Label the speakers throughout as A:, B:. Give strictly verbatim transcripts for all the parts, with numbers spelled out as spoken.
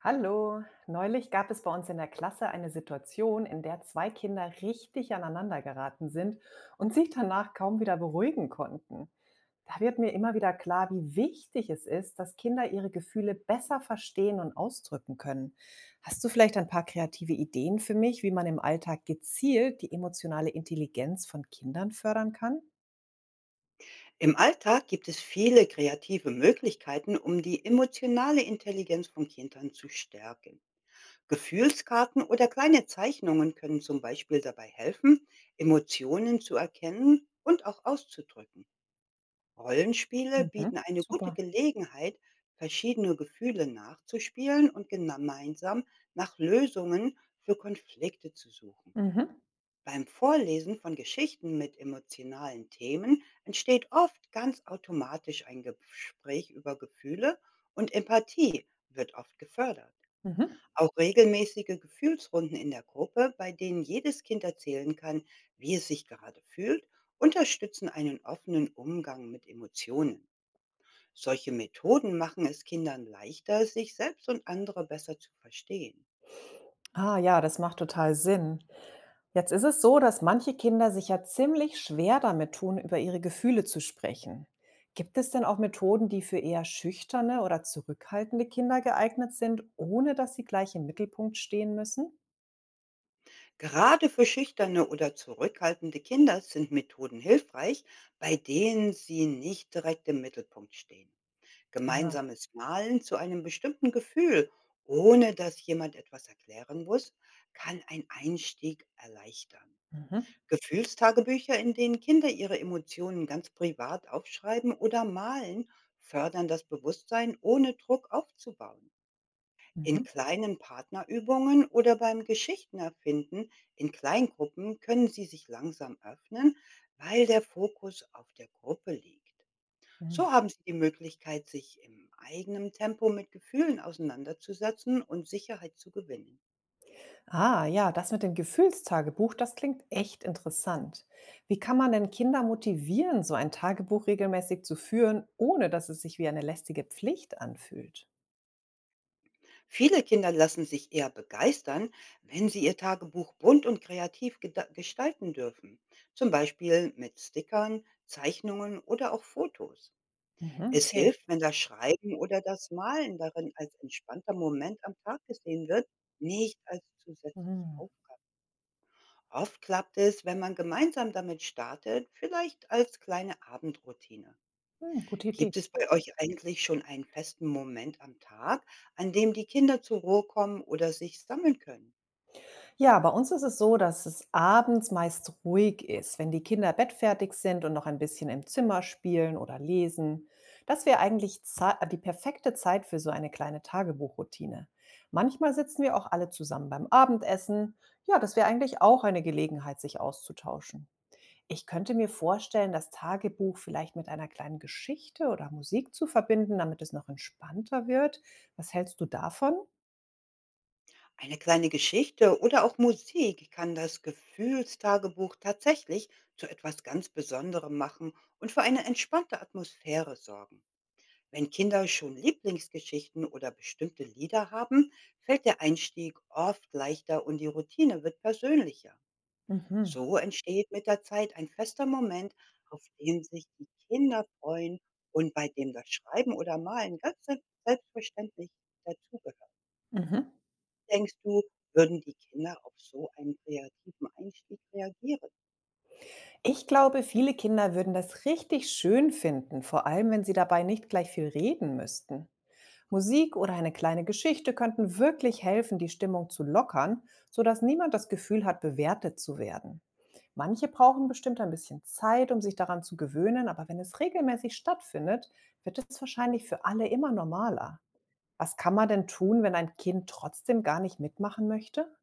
A: Hallo, neulich gab es bei uns in der Klasse eine Situation, in der zwei Kinder richtig aneinander geraten sind und sich danach kaum wieder beruhigen konnten. Da wird mir immer wieder klar, wie wichtig es ist, dass Kinder ihre Gefühle besser verstehen und ausdrücken können. Hast du vielleicht ein paar kreative Ideen für mich, wie man im Alltag gezielt die emotionale Intelligenz von Kindern fördern kann?
B: Im Alltag gibt es viele kreative Möglichkeiten, um die emotionale Intelligenz von Kindern zu stärken. Gefühlskarten oder kleine Zeichnungen können zum Beispiel dabei helfen, Emotionen zu erkennen und auch auszudrücken. Rollenspiele
A: Mhm,
B: bieten eine gute
A: super.
B: Gelegenheit, verschiedene Gefühle nachzuspielen und gemeinsam nach Lösungen für Konflikte zu suchen.
A: Mhm.
B: Beim Vorlesen von Geschichten mit emotionalen Themen entsteht oft ganz automatisch ein Gespräch über Gefühle und Empathie wird oft gefördert.
A: Mhm.
B: Auch regelmäßige Gefühlsrunden in der Gruppe, bei denen jedes Kind erzählen kann, wie es sich gerade fühlt, unterstützen einen offenen Umgang mit Emotionen. Solche Methoden machen es Kindern leichter, sich selbst und andere besser zu verstehen.
A: Ah ja, das macht total Sinn. Jetzt ist es so, dass manche Kinder sich ja ziemlich schwer damit tun, über ihre Gefühle zu sprechen. Gibt es denn auch Methoden, die für eher schüchterne oder zurückhaltende Kinder geeignet sind, ohne dass sie gleich im Mittelpunkt stehen müssen?
B: Gerade für schüchterne oder zurückhaltende Kinder sind Methoden hilfreich, bei denen sie nicht direkt im Mittelpunkt stehen.
A: Ja.
B: Gemeinsames Malen zu einem bestimmten Gefühl, ohne dass jemand etwas erklären muss, kann einen Einstieg erleichtern.
A: Mhm.
B: Gefühlstagebücher, in denen Kinder ihre Emotionen ganz privat aufschreiben oder malen, fördern das Bewusstsein, ohne Druck aufzubauen.
A: Mhm.
B: In kleinen Partnerübungen oder beim Geschichtenerfinden in Kleingruppen können Sie sich langsam öffnen, weil der Fokus auf der Gruppe liegt.
A: Mhm.
B: So haben Sie die Möglichkeit, sich im eigenen Tempo mit Gefühlen auseinanderzusetzen und Sicherheit zu gewinnen.
A: Ah ja, das mit dem Gefühlstagebuch, das klingt echt interessant. Wie kann man denn Kinder motivieren, so ein Tagebuch regelmäßig zu führen, ohne dass es sich wie eine lästige Pflicht anfühlt?
B: Viele Kinder lassen sich eher begeistern, wenn sie ihr Tagebuch bunt und kreativ geda- gestalten dürfen, zum Beispiel mit Stickern, Zeichnungen oder auch Fotos.
A: Mhm,
B: Es
A: okay.
B: hilft, wenn das Schreiben oder das Malen darin als entspannter Moment am Tag gesehen wird, nicht als zusätzliche
A: Mhm.
B: Aufgabe. Oft klappt es, wenn man gemeinsam damit startet, vielleicht als kleine Abendroutine.
A: Hm, gute Idee.
B: Gibt es bei euch eigentlich schon einen festen Moment am Tag, an dem die Kinder zur Ruhe kommen oder sich sammeln können?
A: Ja, bei uns ist es so, dass es abends meist ruhig ist, wenn die Kinder bettfertig sind und noch ein bisschen im Zimmer spielen oder lesen. Das wäre eigentlich Zei- die perfekte Zeit für so eine kleine Tagebuchroutine. Manchmal sitzen wir auch alle zusammen beim Abendessen. Ja, das wäre eigentlich auch eine Gelegenheit, sich auszutauschen. Ich könnte mir vorstellen, das Tagebuch vielleicht mit einer kleinen Geschichte oder Musik zu verbinden, damit es noch entspannter wird. Was hältst du davon?
B: Eine kleine Geschichte oder auch Musik kann das Gefühlstagebuch tatsächlich zu etwas ganz Besonderem machen und für eine entspannte Atmosphäre sorgen. Wenn Kinder schon Lieblingsgeschichten oder bestimmte Lieder haben, fällt der Einstieg oft leichter und die Routine wird persönlicher.
A: Mhm.
B: So entsteht mit der Zeit ein fester Moment, auf den sich die Kinder freuen und bei dem das Schreiben oder Malen ganz se- selbstverständlich dazugehört.
A: Mhm.
B: Denkst du, würden die Kinder auf so einen kreativen Einstieg reagieren?
A: Ich glaube, viele Kinder würden das richtig schön finden, vor allem wenn sie dabei nicht gleich viel reden müssten. Musik oder eine kleine Geschichte könnten wirklich helfen, die Stimmung zu lockern, sodass niemand das Gefühl hat, bewertet zu werden. Manche brauchen bestimmt ein bisschen Zeit, um sich daran zu gewöhnen, aber wenn es regelmäßig stattfindet, wird es wahrscheinlich für alle immer normaler. Was kann man denn tun, wenn ein Kind trotzdem gar nicht mitmachen möchte?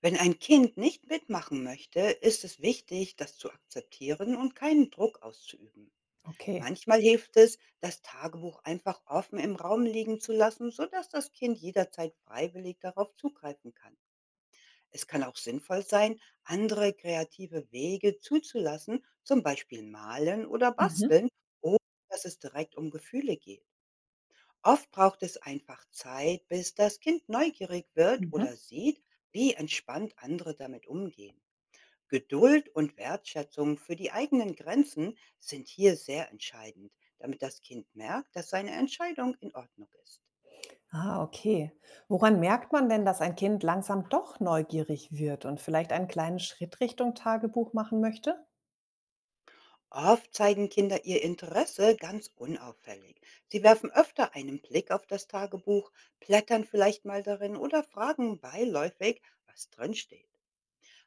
B: Wenn ein Kind nicht mitmachen möchte, ist es wichtig, das zu akzeptieren und keinen Druck auszuüben.
A: Okay.
B: Manchmal hilft es, das Tagebuch einfach offen im Raum liegen zu lassen, sodass das Kind jederzeit freiwillig darauf zugreifen kann. Es kann auch sinnvoll sein, andere kreative Wege zuzulassen, zum Beispiel malen oder
A: Mhm.
B: basteln, ohne dass es direkt um Gefühle geht. Oft braucht es einfach Zeit, bis das Kind neugierig wird
A: Mhm.
B: oder sieht, wie entspannt andere damit umgehen. Geduld und Wertschätzung für die eigenen Grenzen sind hier sehr entscheidend, damit das Kind merkt, dass seine Entscheidung in Ordnung ist.
A: Ah, okay. Woran merkt man denn, dass ein Kind langsam doch neugierig wird und vielleicht einen kleinen Schritt Richtung Tagebuch machen möchte?
B: Oft zeigen Kinder ihr Interesse ganz unauffällig. Sie werfen öfter einen Blick auf das Tagebuch, blättern vielleicht mal darin oder fragen beiläufig, was drinsteht.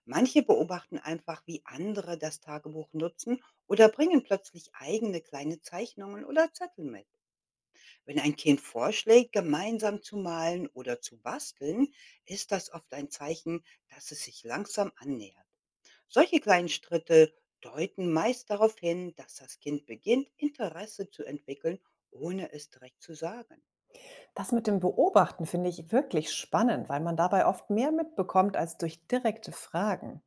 B: Manche beobachten einfach, wie andere das Tagebuch nutzen oder bringen plötzlich eigene kleine Zeichnungen oder Zettel mit. Wenn ein Kind vorschlägt, gemeinsam zu malen oder zu basteln, ist das oft ein Zeichen, dass es sich langsam annähert. Solche kleinen Schritte deuten meist darauf hin, dass das Kind beginnt, Interesse zu entwickeln, ohne es direkt zu sagen.
A: Das mit dem Beobachten finde ich wirklich spannend, weil man dabei oft mehr mitbekommt als durch direkte Fragen.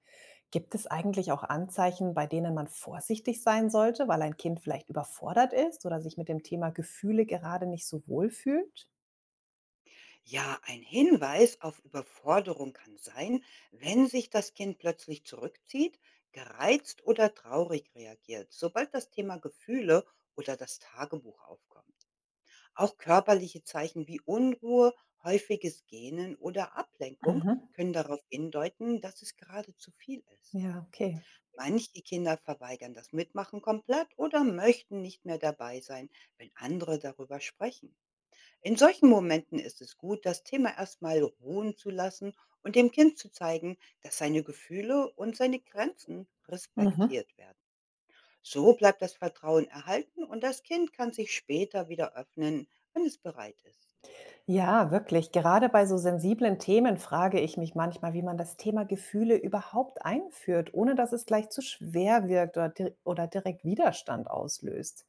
A: Gibt es eigentlich auch Anzeichen, bei denen man vorsichtig sein sollte, weil ein Kind vielleicht überfordert ist oder sich mit dem Thema Gefühle gerade nicht so wohl fühlt?
B: Ja, ein Hinweis auf Überforderung kann sein, wenn sich das Kind plötzlich zurückzieht, gereizt oder traurig reagiert, sobald das Thema Gefühle oder das Tagebuch aufkommt. Auch körperliche Zeichen wie Unruhe, häufiges Gähnen oder Ablenkung
A: Mhm.
B: können darauf hindeuten, dass es gerade zu viel ist.
A: Ja, okay.
B: Manche Kinder verweigern das Mitmachen komplett oder möchten nicht mehr dabei sein, wenn andere darüber sprechen. In solchen Momenten ist es gut, das Thema erstmal ruhen zu lassen und dem Kind zu zeigen, dass seine Gefühle und seine Grenzen
A: Mhm.
B: respektiert werden. So bleibt das Vertrauen erhalten und das Kind kann sich später wieder öffnen, wenn es bereit ist.
A: Ja, wirklich. Gerade bei so sensiblen Themen frage ich mich manchmal, wie man das Thema Gefühle überhaupt einführt, ohne dass es gleich zu schwer wirkt oder, dir oder direkt Widerstand auslöst.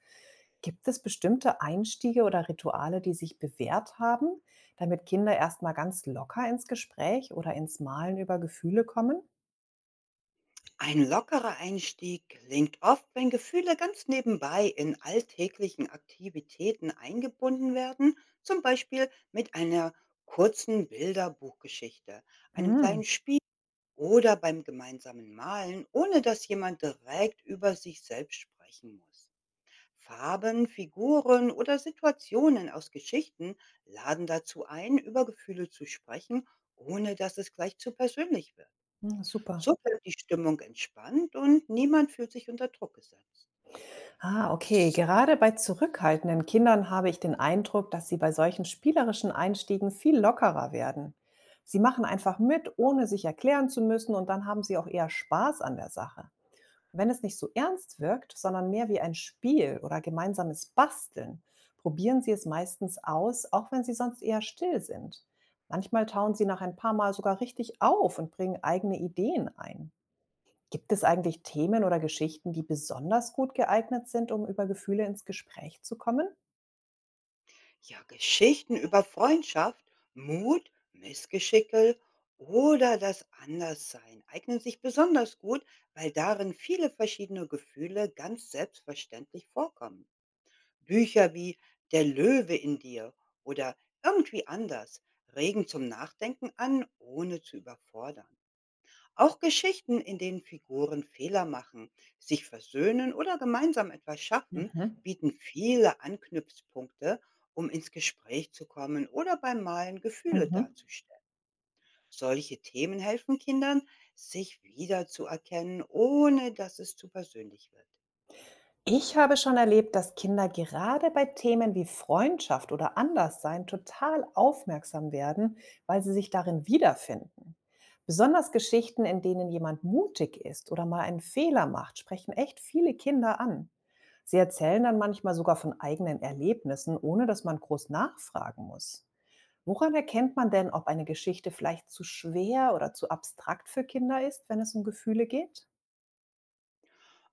A: Gibt es bestimmte Einstiege oder Rituale, die sich bewährt haben, damit Kinder erstmal ganz locker ins Gespräch oder ins Malen über Gefühle kommen?
B: Ein lockerer Einstieg gelingt oft, wenn Gefühle ganz nebenbei in alltäglichen Aktivitäten eingebunden werden, zum Beispiel mit einer kurzen Bilderbuchgeschichte, einem
A: Hm,
B: kleinen Spiel oder beim gemeinsamen Malen, ohne dass jemand direkt über sich selbst sprechen muss. Farben, Figuren oder Situationen aus Geschichten laden dazu ein, über Gefühle zu sprechen, ohne dass es gleich zu persönlich wird.
A: hm, super.
B: So bleibt die Stimmung entspannt und niemand fühlt sich unter Druck gesetzt.
A: Ah, okay. Gerade bei zurückhaltenden Kindern habe ich den Eindruck, dass sie bei solchen spielerischen Einstiegen viel lockerer werden. Sie machen einfach mit, ohne sich erklären zu müssen, und dann haben sie auch eher Spaß an der Sache. Wenn es nicht so ernst wirkt, sondern mehr wie ein Spiel oder gemeinsames Basteln, probieren sie es meistens aus, auch wenn sie sonst eher still sind. Manchmal tauen sie nach ein paar Mal sogar richtig auf und bringen eigene Ideen ein. Gibt es eigentlich Themen oder Geschichten, die besonders gut geeignet sind, um über Gefühle ins Gespräch zu kommen?
B: Ja, Geschichten über Freundschaft, Mut, Missgeschicke oder das Anderssein eignen sich besonders gut, weil darin viele verschiedene Gefühle ganz selbstverständlich vorkommen. Bücher wie Der Löwe in dir oder irgendwie anders regen zum Nachdenken an, ohne zu überfordern. Auch Geschichten, in denen Figuren Fehler machen, sich versöhnen oder gemeinsam etwas schaffen,
A: Mhm.
B: bieten viele Anknüpfpunkte, um ins Gespräch zu kommen oder beim Malen Gefühle
A: Mhm.
B: darzustellen. Solche Themen helfen Kindern, sich wiederzuerkennen, ohne dass es zu persönlich wird.
A: Ich habe schon erlebt, dass Kinder gerade bei Themen wie Freundschaft oder Anderssein total aufmerksam werden, weil sie sich darin wiederfinden. Besonders Geschichten, in denen jemand mutig ist oder mal einen Fehler macht, sprechen echt viele Kinder an. Sie erzählen dann manchmal sogar von eigenen Erlebnissen, ohne dass man groß nachfragen muss. Woran erkennt man denn, ob eine Geschichte vielleicht zu schwer oder zu abstrakt für Kinder ist, wenn es um Gefühle geht?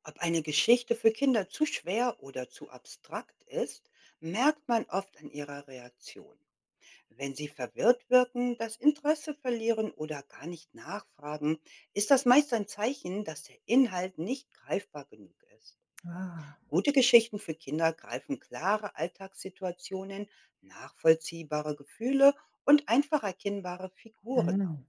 B: Ob eine Geschichte für Kinder zu schwer oder zu abstrakt ist, merkt man oft an ihrer Reaktion. Wenn sie verwirrt wirken, das Interesse verlieren oder gar nicht nachfragen, ist das meist ein Zeichen, dass der Inhalt nicht greifbar genug ist.
A: Ah,
B: Gute Geschichten für Kinder greifen klare Alltagssituationen, nachvollziehbare Gefühle und einfach erkennbare
A: ja.
B: Figuren auf.
A: Mhm.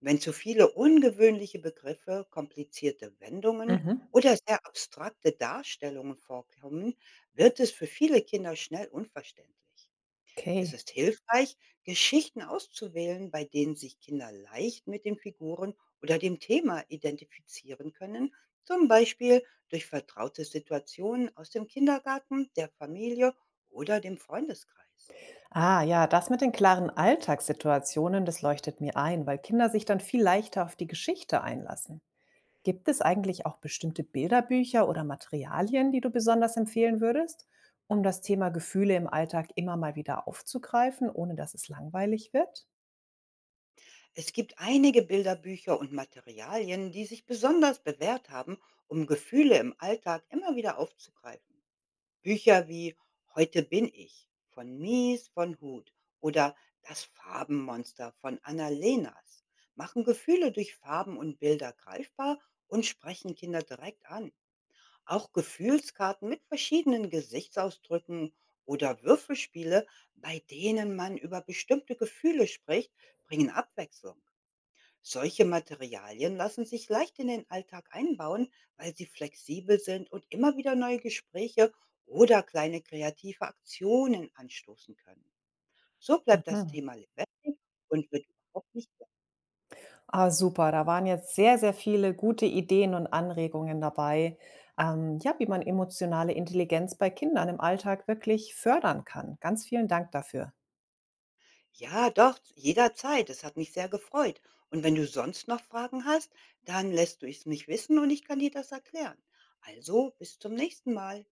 B: Wenn zu viele ungewöhnliche Begriffe, komplizierte Wendungen
A: Mhm.
B: oder sehr abstrakte Darstellungen vorkommen, wird es für viele Kinder schnell unverständlich. Es
A: Okay.
B: ist hilfreich, Geschichten auszuwählen, bei denen sich Kinder leicht mit den Figuren oder dem Thema identifizieren können, zum Beispiel durch vertraute Situationen aus dem Kindergarten, der Familie oder dem Freundeskreis.
A: Ah ja, das mit den klaren Alltagssituationen, das leuchtet mir ein, weil Kinder sich dann viel leichter auf die Geschichte einlassen. Gibt es eigentlich auch bestimmte Bilderbücher oder Materialien, die du besonders empfehlen würdest, um das Thema Gefühle im Alltag immer mal wieder aufzugreifen, ohne dass es langweilig wird?
B: Es gibt einige Bilderbücher und Materialien, die sich besonders bewährt haben, um Gefühle im Alltag immer wieder aufzugreifen. Bücher wie „Heute bin ich“ von Mies van Hut oder „Das Farbenmonster“ von Anna Lenas machen Gefühle durch Farben und Bilder greifbar und sprechen Kinder direkt an. Auch Gefühlskarten mit verschiedenen Gesichtsausdrücken oder Würfelspiele, bei denen man über bestimmte Gefühle spricht, bringen Abwechslung. Solche Materialien lassen sich leicht in den Alltag einbauen, weil sie flexibel sind und immer wieder neue Gespräche oder kleine kreative Aktionen anstoßen können. So bleibt das
A: Mhm.
B: Thema lebendig und wird überhaupt nicht.
A: Ah, super. Da waren jetzt sehr, sehr viele gute Ideen und Anregungen dabei, ähm, ja, wie man emotionale Intelligenz bei Kindern im Alltag wirklich fördern kann. Ganz vielen Dank dafür.
B: Ja, doch, jederzeit. Es hat mich sehr gefreut. Und wenn du sonst noch Fragen hast, dann lässt du es mich wissen und ich kann dir das erklären. Also bis zum nächsten Mal.